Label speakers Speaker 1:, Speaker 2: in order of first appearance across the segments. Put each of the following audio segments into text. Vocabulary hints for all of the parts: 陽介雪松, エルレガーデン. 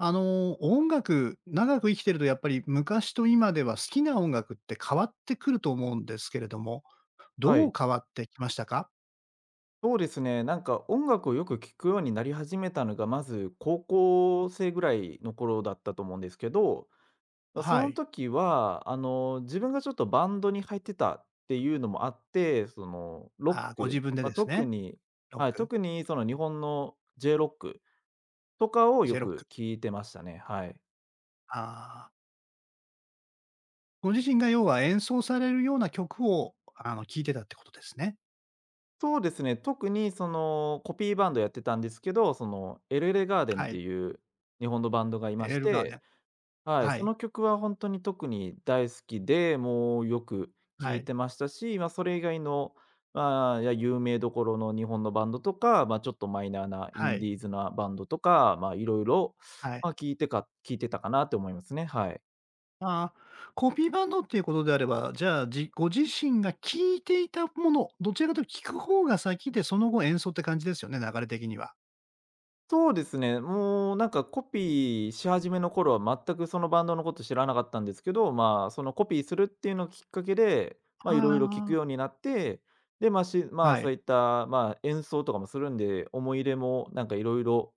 Speaker 1: 音楽、長く生きてるとやっぱり昔と今では好きな音楽って変わってくると思うんですけれども、
Speaker 2: は
Speaker 1: どう
Speaker 2: い。
Speaker 1: 変わってきましたか？
Speaker 2: そうですね、音楽をよく聴くようになり始めたのが、まず高校生ぐらいの頃だったと思うんですけど、まそ
Speaker 1: は
Speaker 2: の
Speaker 1: い。
Speaker 2: 時は、あの、自分がちょっとバンドに入ってたっていうのもあって、ロ
Speaker 1: ああ、
Speaker 2: ッ
Speaker 1: ご
Speaker 2: ク、
Speaker 1: 自分で
Speaker 2: ま
Speaker 1: で
Speaker 2: あ、
Speaker 1: す
Speaker 2: 特
Speaker 1: ね。
Speaker 2: に
Speaker 1: ロッ
Speaker 2: はい、
Speaker 1: ク、
Speaker 2: 特にその日本の j ロックとかを
Speaker 1: j
Speaker 2: よ
Speaker 1: ロック
Speaker 2: く聴いてましたね、はい。
Speaker 1: ああ。ご自身が要は演奏されるような曲を、聴いてたってことですね。
Speaker 2: そうですね、特に、コピーバンドやってたんですけど、エルレガーデンっ
Speaker 1: は
Speaker 2: て
Speaker 1: い。
Speaker 2: いう日本のバンドがいま
Speaker 1: エー
Speaker 2: し
Speaker 1: ルガーデン。
Speaker 2: て、はい、
Speaker 1: は
Speaker 2: そ
Speaker 1: い。
Speaker 2: の曲は本当に特に大好きで、もうよく
Speaker 1: は
Speaker 2: 聴い
Speaker 1: い。
Speaker 2: てましたし、まあ、それ以外の、まあ、いや、有名どころの日本のバンドとか、まあ、ちょっとマイナーなイ
Speaker 1: は
Speaker 2: ンデ
Speaker 1: い。
Speaker 2: ィーズなバンドとか、まあ、いろいろ
Speaker 1: はい。
Speaker 2: ま、聞いてか聴いてたかなって思いますね、はい。
Speaker 1: ああ、コピーバンドっていうことであれば、じゃあ、ご自身が聴いていたもの、どちらかというと聴く方が先で、その後演奏って感じですよね、流れ的には。
Speaker 2: そうですね、もうなんかコピーし始めの頃は全くそのバンドのこと知らなかったんですけど、まあ、そのコピーするっていうのをきっかけで、まあ、いろいろ聞く
Speaker 1: は
Speaker 2: ようになって、で、ま、し
Speaker 1: あ、
Speaker 2: まあ、
Speaker 1: は
Speaker 2: そう
Speaker 1: い。
Speaker 2: いった、まあ、演奏とかもするんで、思い入れもいろいろ、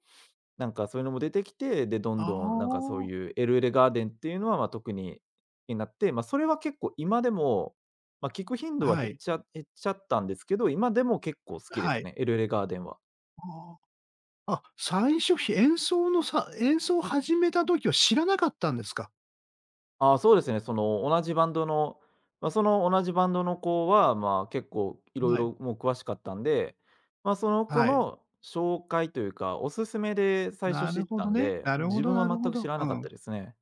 Speaker 2: そういうのも出てきて、で、ど
Speaker 1: あ
Speaker 2: んどんそう
Speaker 1: あ、
Speaker 2: いう「エルエルガーデン」っていうのは、ま、特にになって、まあ、それは結構今でも、まあ、聞く頻度は
Speaker 1: は
Speaker 2: 減っ
Speaker 1: い、
Speaker 2: ちゃ減っちゃったんですけど、今でも結構好きです
Speaker 1: はい。
Speaker 2: ね、「エルエルガーデン」は。
Speaker 1: ああ。あ、最初、ひ演奏のさ演奏を始めた時は知らなかったんですか？
Speaker 2: ああ、そうですね。その同じバンドの、まあ、その同じバンドの子は、まあ、結構いろい
Speaker 1: はい、
Speaker 2: ろもう詳しかったんで、まあ、その子
Speaker 1: はい。
Speaker 2: の紹介というか、おすすめで最初
Speaker 1: な
Speaker 2: 知
Speaker 1: る
Speaker 2: っ
Speaker 1: ほ
Speaker 2: た
Speaker 1: ど
Speaker 2: ん
Speaker 1: ね。
Speaker 2: で、
Speaker 1: なるほ
Speaker 2: 自
Speaker 1: ど
Speaker 2: 分
Speaker 1: な
Speaker 2: は
Speaker 1: るほ
Speaker 2: 全く知
Speaker 1: ど。
Speaker 2: ら
Speaker 1: う
Speaker 2: なかっ
Speaker 1: ん。
Speaker 2: たですね。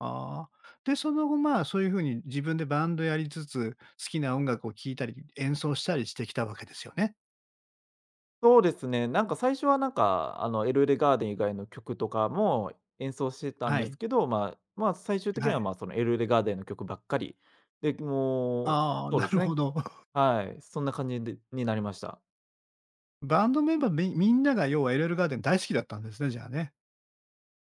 Speaker 1: ああ。で、その後、まあ、そういう風に自分でバンドやりつつ、好きな音楽を聴いたり、演奏したりしてきたわけですよね。
Speaker 2: そうですね、最初は、エルレガーデン以外の曲とかも演奏してたん
Speaker 1: は
Speaker 2: で
Speaker 1: い。
Speaker 2: すけど、まあ、最終的に
Speaker 1: は
Speaker 2: は、
Speaker 1: い。
Speaker 2: まあ、そのエルレガーデンの曲ばっかり。で、もう
Speaker 1: ああ、
Speaker 2: そう
Speaker 1: な
Speaker 2: です
Speaker 1: るほ
Speaker 2: ね。
Speaker 1: ど。
Speaker 2: はい、そんな感じになりました。
Speaker 1: バンドメンバーみんなが要は LL ガーデン大好きだったんですね、じゃあね。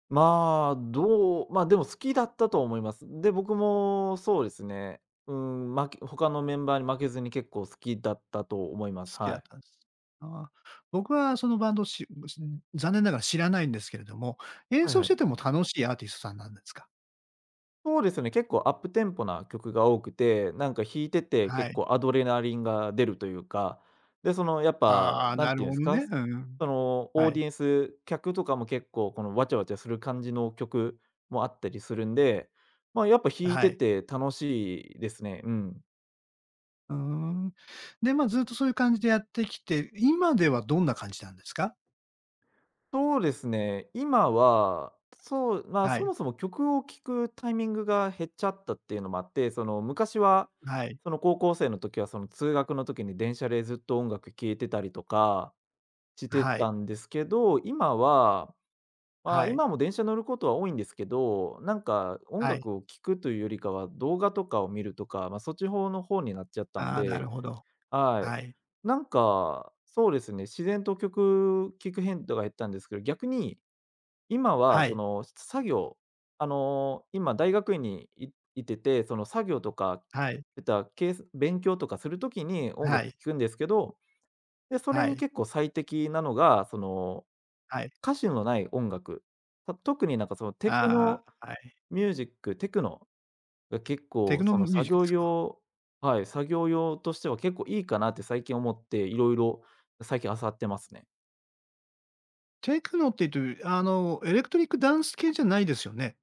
Speaker 2: まあ、でも好きだったと思います。で、僕もそうですね、うん、他のメンバーに負けずに結構好きだったと思いま
Speaker 1: 好
Speaker 2: す。
Speaker 1: き
Speaker 2: は
Speaker 1: だっ
Speaker 2: い。
Speaker 1: たんです。ああ、僕はそのバンド残念ながら知らないんですけれども、演
Speaker 2: はい
Speaker 1: 奏
Speaker 2: は
Speaker 1: して
Speaker 2: い。
Speaker 1: ても楽しいアーティストさんなんですか？
Speaker 2: そうですね、結構アップテンポな曲が多くて、弾いてて
Speaker 1: は
Speaker 2: 結
Speaker 1: い。
Speaker 2: 構アドレナリンが出るというか、で、そのやっぱ、
Speaker 1: ああ、
Speaker 2: な
Speaker 1: な
Speaker 2: ん
Speaker 1: る
Speaker 2: ていうん
Speaker 1: ほ
Speaker 2: です
Speaker 1: ど
Speaker 2: か、
Speaker 1: ね。うん、
Speaker 2: そのオ
Speaker 1: は
Speaker 2: ーデ
Speaker 1: い。
Speaker 2: ィエンス、客とかも結構このわちゃわちゃする感じの曲もあったりするんで、まあ、やっぱ弾い
Speaker 1: は
Speaker 2: て
Speaker 1: い。
Speaker 2: て楽しいですね。うん。
Speaker 1: うーん。で、ま、ずっとそういう感じでやってきて、今ではどんな感じなんですか？
Speaker 2: そうですね、今は、そう、まあ、
Speaker 1: は
Speaker 2: そ
Speaker 1: い。
Speaker 2: もそも曲を聴くタイミングが減っちゃったっていうのもあって、昔は、
Speaker 1: はい。
Speaker 2: 高校生の時は、通学の時に電車でずっと音楽聴いてたりとかして
Speaker 1: はい。
Speaker 2: たんですけど、今は、ま
Speaker 1: は
Speaker 2: あ、
Speaker 1: い。
Speaker 2: 今も電車乗ることは多いんですけど、音
Speaker 1: はい。
Speaker 2: 楽を聴くというよりかは、動画とかを見るとか、まあ、そっちの方になっちゃったん
Speaker 1: ああ、なる
Speaker 2: で、
Speaker 1: ほど。
Speaker 2: はい。
Speaker 1: はい。
Speaker 2: そうですね、自然と曲聴く頻度が減ったんですけど、逆に今は
Speaker 1: は
Speaker 2: そ
Speaker 1: い。
Speaker 2: の、作業、あの、今大学院にいてて、その作業とか、
Speaker 1: はい。
Speaker 2: えたけ勉強とかするときに音
Speaker 1: は
Speaker 2: 楽
Speaker 1: い。
Speaker 2: 聴くんですけど、で、それ
Speaker 1: は
Speaker 2: に
Speaker 1: い。
Speaker 2: 結構最適なのが、その、
Speaker 1: はい。
Speaker 2: 歌詞のない音楽。特にそのテク
Speaker 1: あ
Speaker 2: ノ
Speaker 1: あ、はい。
Speaker 2: ミュージック、テクノが結
Speaker 1: テ
Speaker 2: 構
Speaker 1: クノ
Speaker 2: その
Speaker 1: ミュー
Speaker 2: 作
Speaker 1: ジックで
Speaker 2: 業
Speaker 1: すか？
Speaker 2: 用はい、作業用としては結構いいかなって最近思って、いろいろ最近漁ってますね。
Speaker 1: テクノっていうと、エレクトリックダンス系じゃないですよね？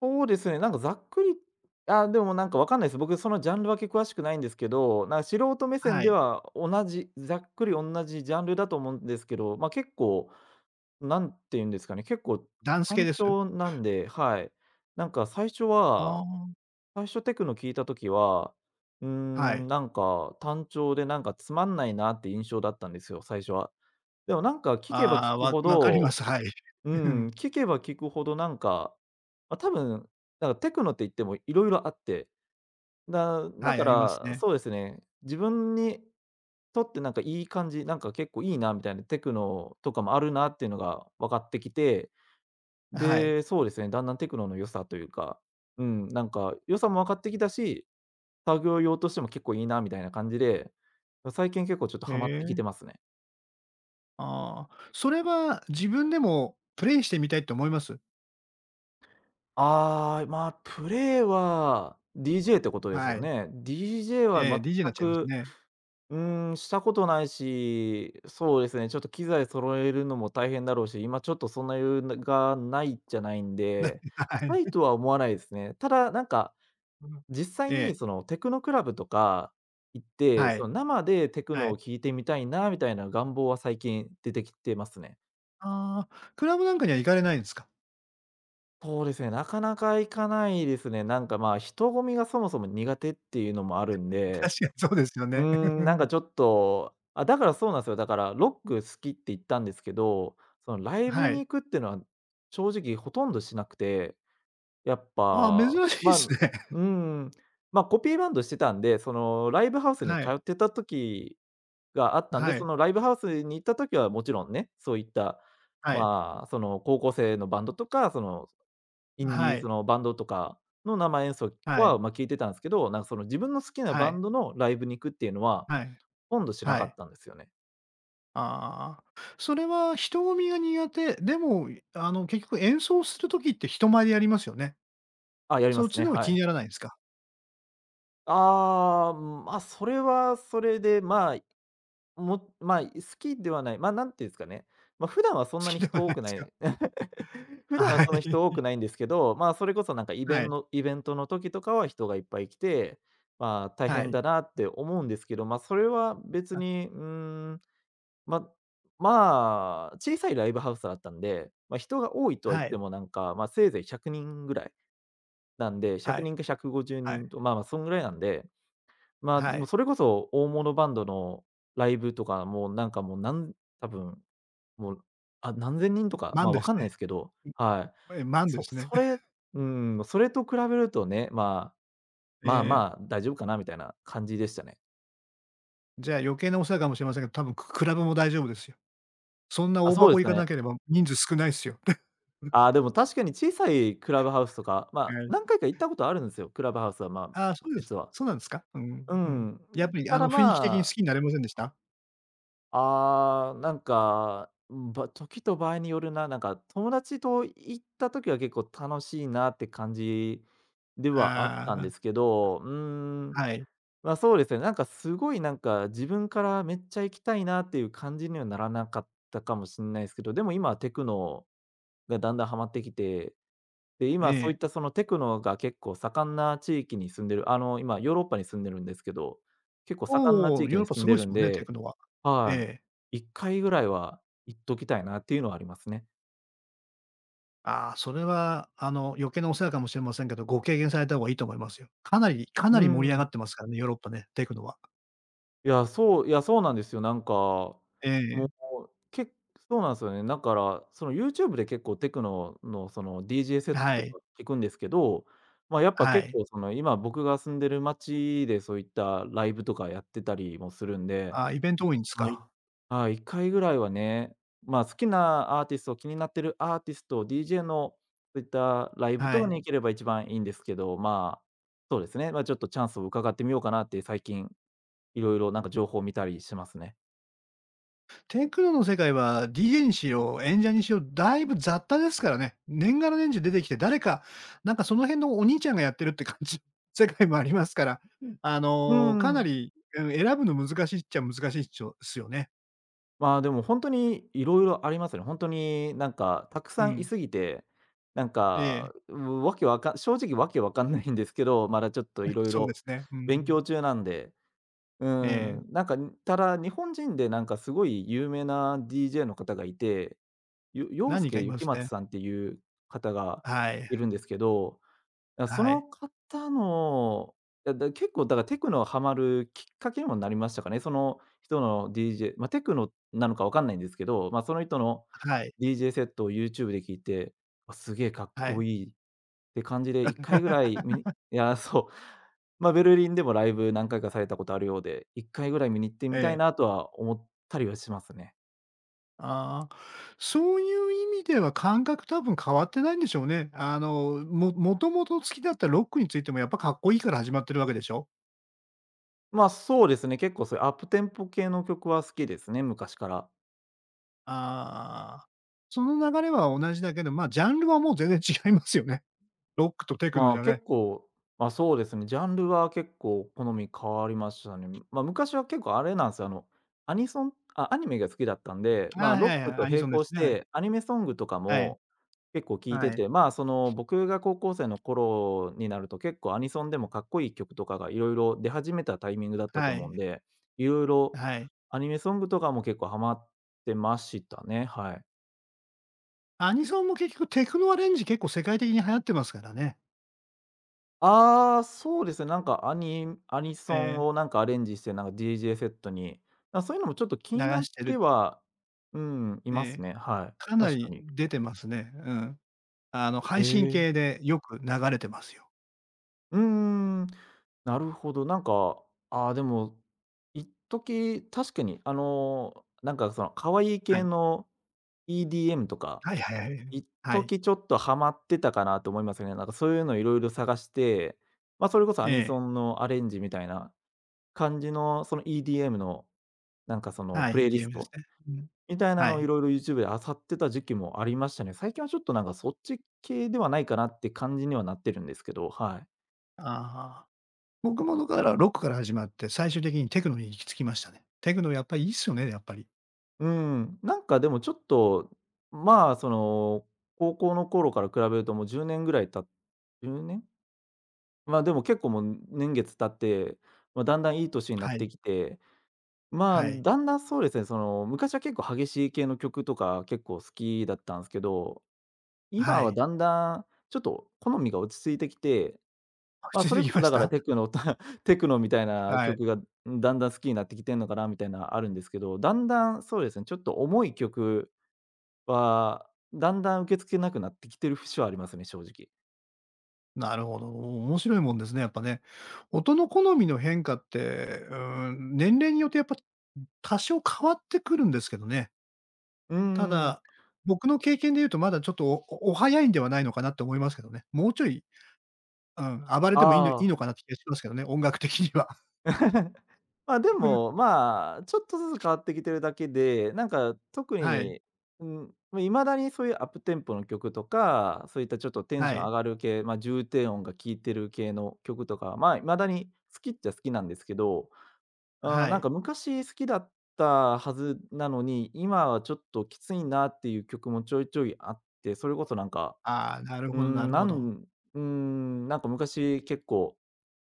Speaker 2: そうですね、なんかざっくりあ、でもなんかわかんないです。僕そのジャンル分け詳しくないんですけど、素人目線
Speaker 1: は
Speaker 2: で
Speaker 1: い。
Speaker 2: は同じ、ざっくり同じジャンルだと思うんですけど、ま、結構、なんて言うんですかね、結構
Speaker 1: ダンス系
Speaker 2: 単
Speaker 1: です？
Speaker 2: 調なんで、はい。なんか最初は
Speaker 1: ああ、
Speaker 2: 最初テクノ聞いた時は、うー
Speaker 1: は
Speaker 2: ん、
Speaker 1: い。
Speaker 2: 単調でつまんないなって印象だったんですよ、最初は。でも
Speaker 1: ああ、わ分かります。はい。うん。
Speaker 2: 聞けば聞くほどまあ、多分、テクノって言ってもいろいろあって、だだ
Speaker 1: はい、
Speaker 2: か
Speaker 1: あります
Speaker 2: ら、
Speaker 1: ね。
Speaker 2: そうですね、自分にとってなんかいい感じ、なんか結構いいなみたいなテクノとかもあるなっていうのが分かってきて、
Speaker 1: はい。
Speaker 2: で、そうですね、だんだんテクノの良さというか、うん、良さも分かってきたし、作業用としても結構いいなみたいな感じで、最近結構ちょっと
Speaker 1: へ
Speaker 2: ハマってき
Speaker 1: え。
Speaker 2: てますね。
Speaker 1: ああ、それは自分でもプレイしてみたいって思います？
Speaker 2: ああ、まあ、プレイは DJ ってことです
Speaker 1: は
Speaker 2: よ
Speaker 1: い。
Speaker 2: ね。DJ
Speaker 1: ええ、
Speaker 2: は
Speaker 1: DJ になっ
Speaker 2: 全
Speaker 1: ちゃいます
Speaker 2: く、
Speaker 1: ね。
Speaker 2: うーん、したことないし、そうですね、ちょっと機材揃えるのも大変だろうし、今ちょっとそんな余裕ながないじゃないん
Speaker 1: な
Speaker 2: で、し
Speaker 1: はい。
Speaker 2: たいとは思わないですね。ただ、なんか、
Speaker 1: うん。
Speaker 2: 実際
Speaker 1: え
Speaker 2: に
Speaker 1: え、
Speaker 2: そのテクノクラブとか行って、
Speaker 1: は
Speaker 2: そ
Speaker 1: い、
Speaker 2: の生でテク
Speaker 1: は
Speaker 2: ノを
Speaker 1: い。
Speaker 2: 聴いてみたいなみたいな願望は最近出てきてますね。
Speaker 1: ああ、クラブなんかには行かれないんですか？
Speaker 2: そうですね、なかなか行かないですね。なんか、まあ、人混みがそもそも苦手っていうのもあるん
Speaker 1: 確
Speaker 2: で、
Speaker 1: かにそうですよ
Speaker 2: うー
Speaker 1: ね。
Speaker 2: ん、なんかちょっと、あ、だからそうなんですよ。だから、ロック好きって言ったんですけど、そのライブ
Speaker 1: は
Speaker 2: に
Speaker 1: い。
Speaker 2: 行くっていうのは、正直ほとんどしなくて、やっ
Speaker 1: ああ、珍
Speaker 2: ぱ、
Speaker 1: しいっ
Speaker 2: ま
Speaker 1: す
Speaker 2: あ、
Speaker 1: ね。
Speaker 2: うん、ま、コピーバンドしてたんで、そのライブハウスに
Speaker 1: は
Speaker 2: 通
Speaker 1: い。
Speaker 2: ってた時があったん
Speaker 1: は
Speaker 2: で、そ
Speaker 1: い。
Speaker 2: のライブハウスに行った時はもちろんね、そういった、
Speaker 1: はい。
Speaker 2: まあ、その高校生のバンドとか、そのインディ
Speaker 1: は
Speaker 2: ーそ
Speaker 1: い。
Speaker 2: のバンドとかの生演奏
Speaker 1: はい。
Speaker 2: は、ま、聞いてたんすけど、その自分の好きな
Speaker 1: は
Speaker 2: バ
Speaker 1: い。
Speaker 2: ンドのライブに行くっていうのは、
Speaker 1: はい。
Speaker 2: ほとんどしな
Speaker 1: は
Speaker 2: かっ
Speaker 1: い。
Speaker 2: たんですよね。
Speaker 1: ああ。それは人混みが苦手、でも、結局演奏する時って人前でやりますよね。
Speaker 2: あ、やりま
Speaker 1: そっ
Speaker 2: す
Speaker 1: ち
Speaker 2: ね、
Speaker 1: の方が
Speaker 2: は
Speaker 1: 気
Speaker 2: い。
Speaker 1: にならないんですか？
Speaker 2: ああ、ま、それはそれで、まあ、好きではない、ま、何て言うんすかね、ま、普段は そん
Speaker 1: 好
Speaker 2: な
Speaker 1: き
Speaker 2: に
Speaker 1: では
Speaker 2: 人
Speaker 1: な
Speaker 2: 多
Speaker 1: い
Speaker 2: く
Speaker 1: です
Speaker 2: な
Speaker 1: か？
Speaker 2: い 普 段は
Speaker 1: は
Speaker 2: そんな人多
Speaker 1: い。
Speaker 2: くないんですけど、ま、それこそ
Speaker 1: はい。
Speaker 2: イベントの時とかは人がいっぱい来て、まあ、大
Speaker 1: は
Speaker 2: 変
Speaker 1: い。
Speaker 2: だなって思うんですけど、ま、それは別
Speaker 1: あ、
Speaker 2: に、うーんま、まあ、小さいライブハウスだったんで、ま、人が多いとは言っ
Speaker 1: は
Speaker 2: て
Speaker 1: い。
Speaker 2: もなんか、ま、せいぜい100人ぐらいなんで、
Speaker 1: は
Speaker 2: 100
Speaker 1: い。
Speaker 2: 人か150
Speaker 1: はい。
Speaker 2: 人と、まあ、そんぐらいなんで、まあ、で
Speaker 1: は
Speaker 2: も
Speaker 1: い。
Speaker 2: それこそ大物バンドのライブとか、もうなんかもうなん多分、もう、あ、何千人とか、ま、
Speaker 1: 慢
Speaker 2: あわ
Speaker 1: です
Speaker 2: かんな
Speaker 1: ね。
Speaker 2: いすけど、はい。
Speaker 1: え、慢で
Speaker 2: そ
Speaker 1: すね。
Speaker 2: それ うん、それと比べるとね、まあ、
Speaker 1: え
Speaker 2: まあま
Speaker 1: え、
Speaker 2: あ、大丈夫かなみたいな感じでしたね。
Speaker 1: じゃあ余計なお世話かもしれませんが、多分クラブも大丈夫ですよ。そんな
Speaker 2: あ、
Speaker 1: 大
Speaker 2: そうで
Speaker 1: 箱
Speaker 2: す
Speaker 1: 行
Speaker 2: か
Speaker 1: か
Speaker 2: ね。
Speaker 1: なければ人数少ないっすよ。
Speaker 2: ああ、でも確かに小さいクラブハウスとか、まあ、
Speaker 1: はい。
Speaker 2: 何回か行ったことあるんですよ、クラブハウスは、まあ、
Speaker 1: ああ、そうです。
Speaker 2: 実は。
Speaker 1: そうなんですか？うん、
Speaker 2: う
Speaker 1: うん。
Speaker 2: ん。
Speaker 1: やっぱり
Speaker 2: ただ、
Speaker 1: 雰囲気的に
Speaker 2: ま
Speaker 1: 好
Speaker 2: あ、
Speaker 1: きになれませんでした？
Speaker 2: ああ、なんか、時と場合によるな。なんか友達と行った時は結構楽しいなって感じではあったんで
Speaker 1: あ
Speaker 2: すけど、
Speaker 1: あ、はい。
Speaker 2: ま、そうですね。なんかすごい、なんか自分からめっちゃ行きたいなっていう感じにはならなかったかもしれないですけど、でも今はテクノがだんだんハマってきて、で、
Speaker 1: え
Speaker 2: 今そういっ
Speaker 1: え。
Speaker 2: たそのテクノが結構盛んな地域に住んでる、あの、今ヨーロッパに住んでるんですけど、結構盛んな
Speaker 1: お
Speaker 2: 地
Speaker 1: お、
Speaker 2: 域
Speaker 1: ヨーロ
Speaker 2: に
Speaker 1: ッパ
Speaker 2: 住
Speaker 1: す
Speaker 2: ん
Speaker 1: ご
Speaker 2: で
Speaker 1: い
Speaker 2: る
Speaker 1: す
Speaker 2: ん
Speaker 1: もんね、テ
Speaker 2: で、
Speaker 1: クノは。
Speaker 2: は
Speaker 1: ええ。
Speaker 2: い、1回ぐらいは行っときたいなっていうのはありますね。
Speaker 1: ああ、それは余計なお世話かもしれませんけど、ご経験された方がいいと思いますよ。かなりかな
Speaker 2: う
Speaker 1: り盛り上が
Speaker 2: ん。
Speaker 1: ってますからね、ヨーロッパね、テクノは。
Speaker 2: いや、そういや、そうなんですよ。なんか、
Speaker 1: え
Speaker 2: も
Speaker 1: え。
Speaker 2: う、そうなんですよね。だから、その YouTube で結構テクノのその DJ セット
Speaker 1: は
Speaker 2: と
Speaker 1: い。
Speaker 2: か聞くんですけど、まあ、やっぱ
Speaker 1: は
Speaker 2: 結
Speaker 1: い。
Speaker 2: 構その今僕が住んでる街でそういったライブとかやってたりもするんで。
Speaker 1: ああ、イベント多いんです
Speaker 2: はい。
Speaker 1: か。
Speaker 2: はい、1回ぐらいはね、まあ、好きなアーティスト、気になってるアーティスト、DJ のそういったライブ
Speaker 1: は
Speaker 2: とか
Speaker 1: い。
Speaker 2: に行ければ一番いいんですけど、まあ、そうですね、ま、ちょっとチャンスを伺ってみようかなって、最近色々なんか情報を見たりしてますね。
Speaker 1: テクノの世界は DJ にしろ、演者にしろ、だいぶ雑多ですからね。年がら年中出てきて、誰か、なんかその辺のお兄ちゃんがやってるって感じ、世界もありますから、
Speaker 2: うー
Speaker 1: かな
Speaker 2: ん。
Speaker 1: り、うん、選ぶの難しいっちゃ難しいっちょすよね。
Speaker 2: まあ、でもほんとに色々ありますね。ほんとになんかたく
Speaker 1: う
Speaker 2: さんい
Speaker 1: ん。
Speaker 2: すぎて、なん
Speaker 1: ええ。
Speaker 2: か、わけわか正直わけわかんないんですけど、まだちょっと 色
Speaker 1: そうで
Speaker 2: 々
Speaker 1: すね。う
Speaker 2: 勉
Speaker 1: ん。
Speaker 2: 強中なんで。う
Speaker 1: え
Speaker 2: ん、
Speaker 1: え。
Speaker 2: なんか、ただ、日本人でなんかすごい有名な DJ の方がいて、陽
Speaker 1: 何人か
Speaker 2: 介
Speaker 1: いま
Speaker 2: 雪
Speaker 1: す
Speaker 2: 松
Speaker 1: ね。
Speaker 2: さんっていう方が
Speaker 1: はい。
Speaker 2: いるんですけど、そ
Speaker 1: は
Speaker 2: の
Speaker 1: い。
Speaker 2: 方の、だ結構だからテクノハマるきっかけにもなりましたかね。その人の DJ、ま、テクノなのかわかんないんですけど、ま、その人の
Speaker 1: はい。
Speaker 2: DJ セットを YouTube で聴いて、あ、すげえかっ
Speaker 1: は
Speaker 2: こ
Speaker 1: い。
Speaker 2: いいて感じで、1回ぐらい 見に。いや、そう。まあ、ベルリンでもライブ何回かされたことあるようで、1回ぐらい見に行って
Speaker 1: え
Speaker 2: みたい
Speaker 1: え。
Speaker 2: なとは思ったりはしますね。
Speaker 1: ああ、そういう意味では感覚多分変わってないんでしょうね。もともと好きだったロックについてもやっぱかっこいいから始まってるわけでしょ。
Speaker 2: まあ、そうですね、結構そういうアップテンポ系の曲は好きですね、昔から。
Speaker 1: ああ、その流れは同じだけど、まあ、ジャンルはもう全然違いますよね。ロックとテクノ
Speaker 2: ま
Speaker 1: じ
Speaker 2: あ、
Speaker 1: ゃね。
Speaker 2: 結構、ま、そうですね、ジャンルは結構好み変わりましたね。ま、昔は結構あれなんですよ、あの、アニソンあ、アニメが好きだったんで、ま
Speaker 1: ああ、
Speaker 2: あ、ロ
Speaker 1: はい
Speaker 2: ッ
Speaker 1: は
Speaker 2: ク
Speaker 1: い、
Speaker 2: と
Speaker 1: アニソ
Speaker 2: 並
Speaker 1: ンで
Speaker 2: 行
Speaker 1: す
Speaker 2: し
Speaker 1: ね。はい。
Speaker 2: て、アニメソングとか
Speaker 1: はい。
Speaker 2: も結構聴い
Speaker 1: は
Speaker 2: て
Speaker 1: い。
Speaker 2: て、まあ、その、僕が高校生の頃になると結構アニソンでもかっこいい曲とかがいろいろ出始めたタイミングだったと
Speaker 1: は
Speaker 2: 思
Speaker 1: い。
Speaker 2: うんで、いろいろ
Speaker 1: はい。
Speaker 2: アニメソングとかも結構ハマってましたね、はい。
Speaker 1: アニソンも結局テクノアレンジ結構世界的に流行ってますからね。
Speaker 2: ああ、そうですね、なんかアニソンを
Speaker 1: え
Speaker 2: なんかアレンジして、なんか DJ セットに、あ、そういうのもちょっと気にな
Speaker 1: 流
Speaker 2: っ
Speaker 1: してる。
Speaker 2: ては、うん、い
Speaker 1: え
Speaker 2: ます
Speaker 1: え、
Speaker 2: ね。は
Speaker 1: か
Speaker 2: い、
Speaker 1: な
Speaker 2: 確か
Speaker 1: り
Speaker 2: に。
Speaker 1: 出てますね。うん。
Speaker 2: へ
Speaker 1: 配信
Speaker 2: え。
Speaker 1: 系でよく流れてますよ。
Speaker 2: うーん、なるほど。なんか、ああ、でも、一時、確かに、あの、なんかその可愛い
Speaker 1: は
Speaker 2: 系
Speaker 1: い。
Speaker 2: の EDM とか、
Speaker 1: はいはいはい。
Speaker 2: 一
Speaker 1: はい。
Speaker 2: 時ちょっとハマってたかなと思いますよね。なんかそういうのいろいろ探して、まあ、それこそア
Speaker 1: え
Speaker 2: ニソ
Speaker 1: え。
Speaker 2: ンのアレンジみたいな感じのその EDM の、なんかその
Speaker 1: はい、
Speaker 2: プレイリス
Speaker 1: EDM です
Speaker 2: ト
Speaker 1: ね。うん。
Speaker 2: みたいな
Speaker 1: は
Speaker 2: のをい
Speaker 1: い。
Speaker 2: ろいろ YouTube で漁ってた時期もありましたね。最近はちょっとなんかそっち系ではないかなって感じにはなってるんですけど、はい。
Speaker 1: ああ。僕もだからロックから始まって、最終的にテクノに行き着きましたね。テクノやっぱりいいっすよね、やっぱり。
Speaker 2: うん、なんかでもちょっと、まあ、その、高校の頃から比べるともう10年ぐらい10年？じゅうねん。まあ、でも結構もう年月経って、まあ、だんだんいい年にな
Speaker 1: は
Speaker 2: っ
Speaker 1: い。
Speaker 2: てきて、まあ、
Speaker 1: はい。
Speaker 2: だんだんそうですね、その、昔は結構激しい系の曲とか結構好きだったんですけど、
Speaker 1: は
Speaker 2: 今は
Speaker 1: い。
Speaker 2: だんだん、ちょっと好みが落ち着いてきて、
Speaker 1: 落
Speaker 2: ま、
Speaker 1: ち着い
Speaker 2: それ
Speaker 1: て
Speaker 2: こ
Speaker 1: き
Speaker 2: そ
Speaker 1: まし
Speaker 2: だから
Speaker 1: た？
Speaker 2: テクノと テクノみたいな
Speaker 1: はい。
Speaker 2: 曲が、だんだん好きになってきてんのかなみたいなあるんですけど、だんだんそうですね、ちょっと重い曲は、だんだん受け付けなくなってきてる節はありますね、正直。
Speaker 1: なるほど。面白いもんですね、やっぱね。音の好みの変化って、うーん、年齢によってやっぱ多少変わってくるんですけどね。
Speaker 2: うー
Speaker 1: た
Speaker 2: ん。
Speaker 1: だ、僕の経験で言うとまだちょっと、おおお早いんではないのかなって思いますけどね。もうちょい、うん、暴れ
Speaker 2: あ
Speaker 1: てもいいのいい
Speaker 2: あ。
Speaker 1: のかなって気がしますけどね、音楽的には。
Speaker 2: まあ、でも、まあ、ちょっとずつ変わってきてるだけで、なんか特
Speaker 1: はい、
Speaker 2: に、うん、ま、未だにそういうアップテンポの曲とか、そういったちょっとテン
Speaker 1: は
Speaker 2: ション
Speaker 1: い、
Speaker 2: 上がる系、まあ、重低音が効いてる系の曲とか、まあ、未だに好きっちゃ好きなんですけど、あー
Speaker 1: は
Speaker 2: なん
Speaker 1: い。
Speaker 2: か昔好きだったはずなのに、今はちょっときついなっていう曲もちょいちょいあって、それこそなんか、
Speaker 1: ああ、なる
Speaker 2: う
Speaker 1: ほどな
Speaker 2: ん、
Speaker 1: るほど。
Speaker 2: うん、なんか昔結構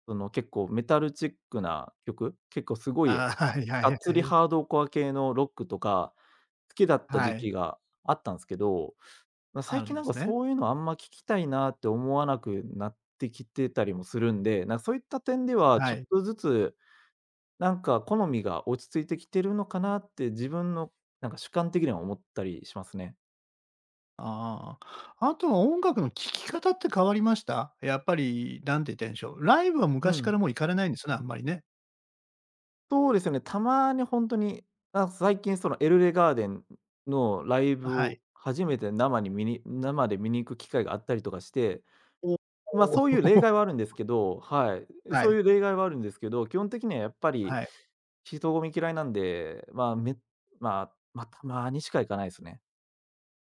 Speaker 2: その、結構メタルチックな曲、結構すごい、
Speaker 1: ああ、はいは
Speaker 2: が
Speaker 1: い
Speaker 2: っつり
Speaker 1: はい。
Speaker 2: ハードコア系のロックとか、好きだった
Speaker 1: は
Speaker 2: 時
Speaker 1: い、
Speaker 2: 期があったんすけど、ま、
Speaker 1: あ
Speaker 2: 最
Speaker 1: るん
Speaker 2: 近な
Speaker 1: で
Speaker 2: んか
Speaker 1: すね。
Speaker 2: そういうのあんま聞きたいなって思わなくなってきてたりもするんで、なんかそういった点では
Speaker 1: は
Speaker 2: ちょっ
Speaker 1: い。
Speaker 2: とずつ、なんか好みが落ち着いてきてるのかなって自分のなんか主観的には思ったりしますね。
Speaker 1: ああ。あとは音楽の聴き方って変わりました？やっぱり、なんて言ったらいいんでしょう、ライブは
Speaker 2: う
Speaker 1: 昔か
Speaker 2: ん。
Speaker 1: らもう行かれないんですね、あんまりね。
Speaker 2: そうですね、たまに本当に、あ、最近そのエルレガーデンのライブ
Speaker 1: は
Speaker 2: を
Speaker 1: い。
Speaker 2: 初めて生で見に行く機会があったりとかして、
Speaker 1: お
Speaker 2: ま、
Speaker 1: お
Speaker 2: そういう例 外はあるんですけど、はい、
Speaker 1: は
Speaker 2: そ
Speaker 1: い、
Speaker 2: ういう例外はあるんですけど、基本的にはやっぱり
Speaker 1: はい。
Speaker 2: 人混み嫌いなんで、まあ、まあ、まあ、たまにしか行かないですね。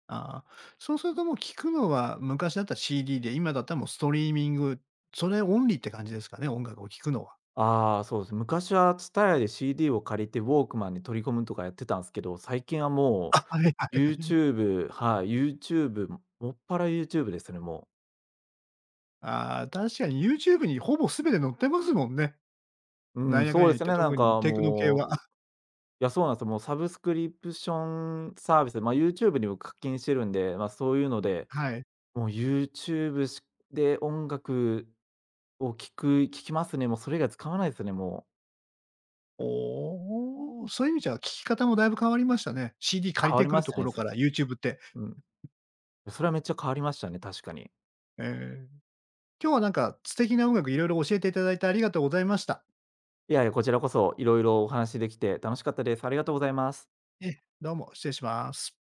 Speaker 1: ああ、そうするともう聞くのは、昔だったら CD で、今だったらもうストリーミング、それオンリーって感じですかね、音楽を聴くのは。
Speaker 2: ああ、そうですね、昔はツタヤ で CD を借りてウォークマンに取り込むとかやってたんですけど、最近はも
Speaker 1: あ、はいはい
Speaker 2: う
Speaker 1: はい。
Speaker 2: YouTube、 はい、YouTube、 もっぱら YouTube ですね、もう。
Speaker 1: ああ、確かに YouTube にほぼ全て載ってますもんね。
Speaker 2: う
Speaker 1: なん
Speaker 2: ん、
Speaker 1: やかん
Speaker 2: そ
Speaker 1: や
Speaker 2: うで
Speaker 1: 言っ
Speaker 2: すよ
Speaker 1: て、
Speaker 2: ね、なん
Speaker 1: 特に
Speaker 2: か
Speaker 1: テクノ系
Speaker 2: も
Speaker 1: は。
Speaker 2: う、い や、そうなんですよ。もうサブスクリプションサービス、まあ、YouTube にも課金してるんで、まあ、そういうので、
Speaker 1: はい。
Speaker 2: もう YouTube で音楽を聴きますね。もうそれ以外使わないですね、もう。
Speaker 1: おお、そういう意味じゃ、聞き方もだいぶ変わりましたね。CD 借り
Speaker 2: 変わ
Speaker 1: て
Speaker 2: り
Speaker 1: くる
Speaker 2: まし
Speaker 1: と
Speaker 2: た
Speaker 1: こ
Speaker 2: ね、
Speaker 1: ろ
Speaker 2: そ
Speaker 1: から YouTube って。
Speaker 2: うん。それはめっちゃ変わりましたね、確かに。
Speaker 1: えー今日はなんか素敵な音楽いろいろ教えていただいてありがとうございました。
Speaker 2: いやいや、こちらこそいろいろお話できて楽しかったです。ありがとうございます。
Speaker 1: ええ。どうも、失礼します。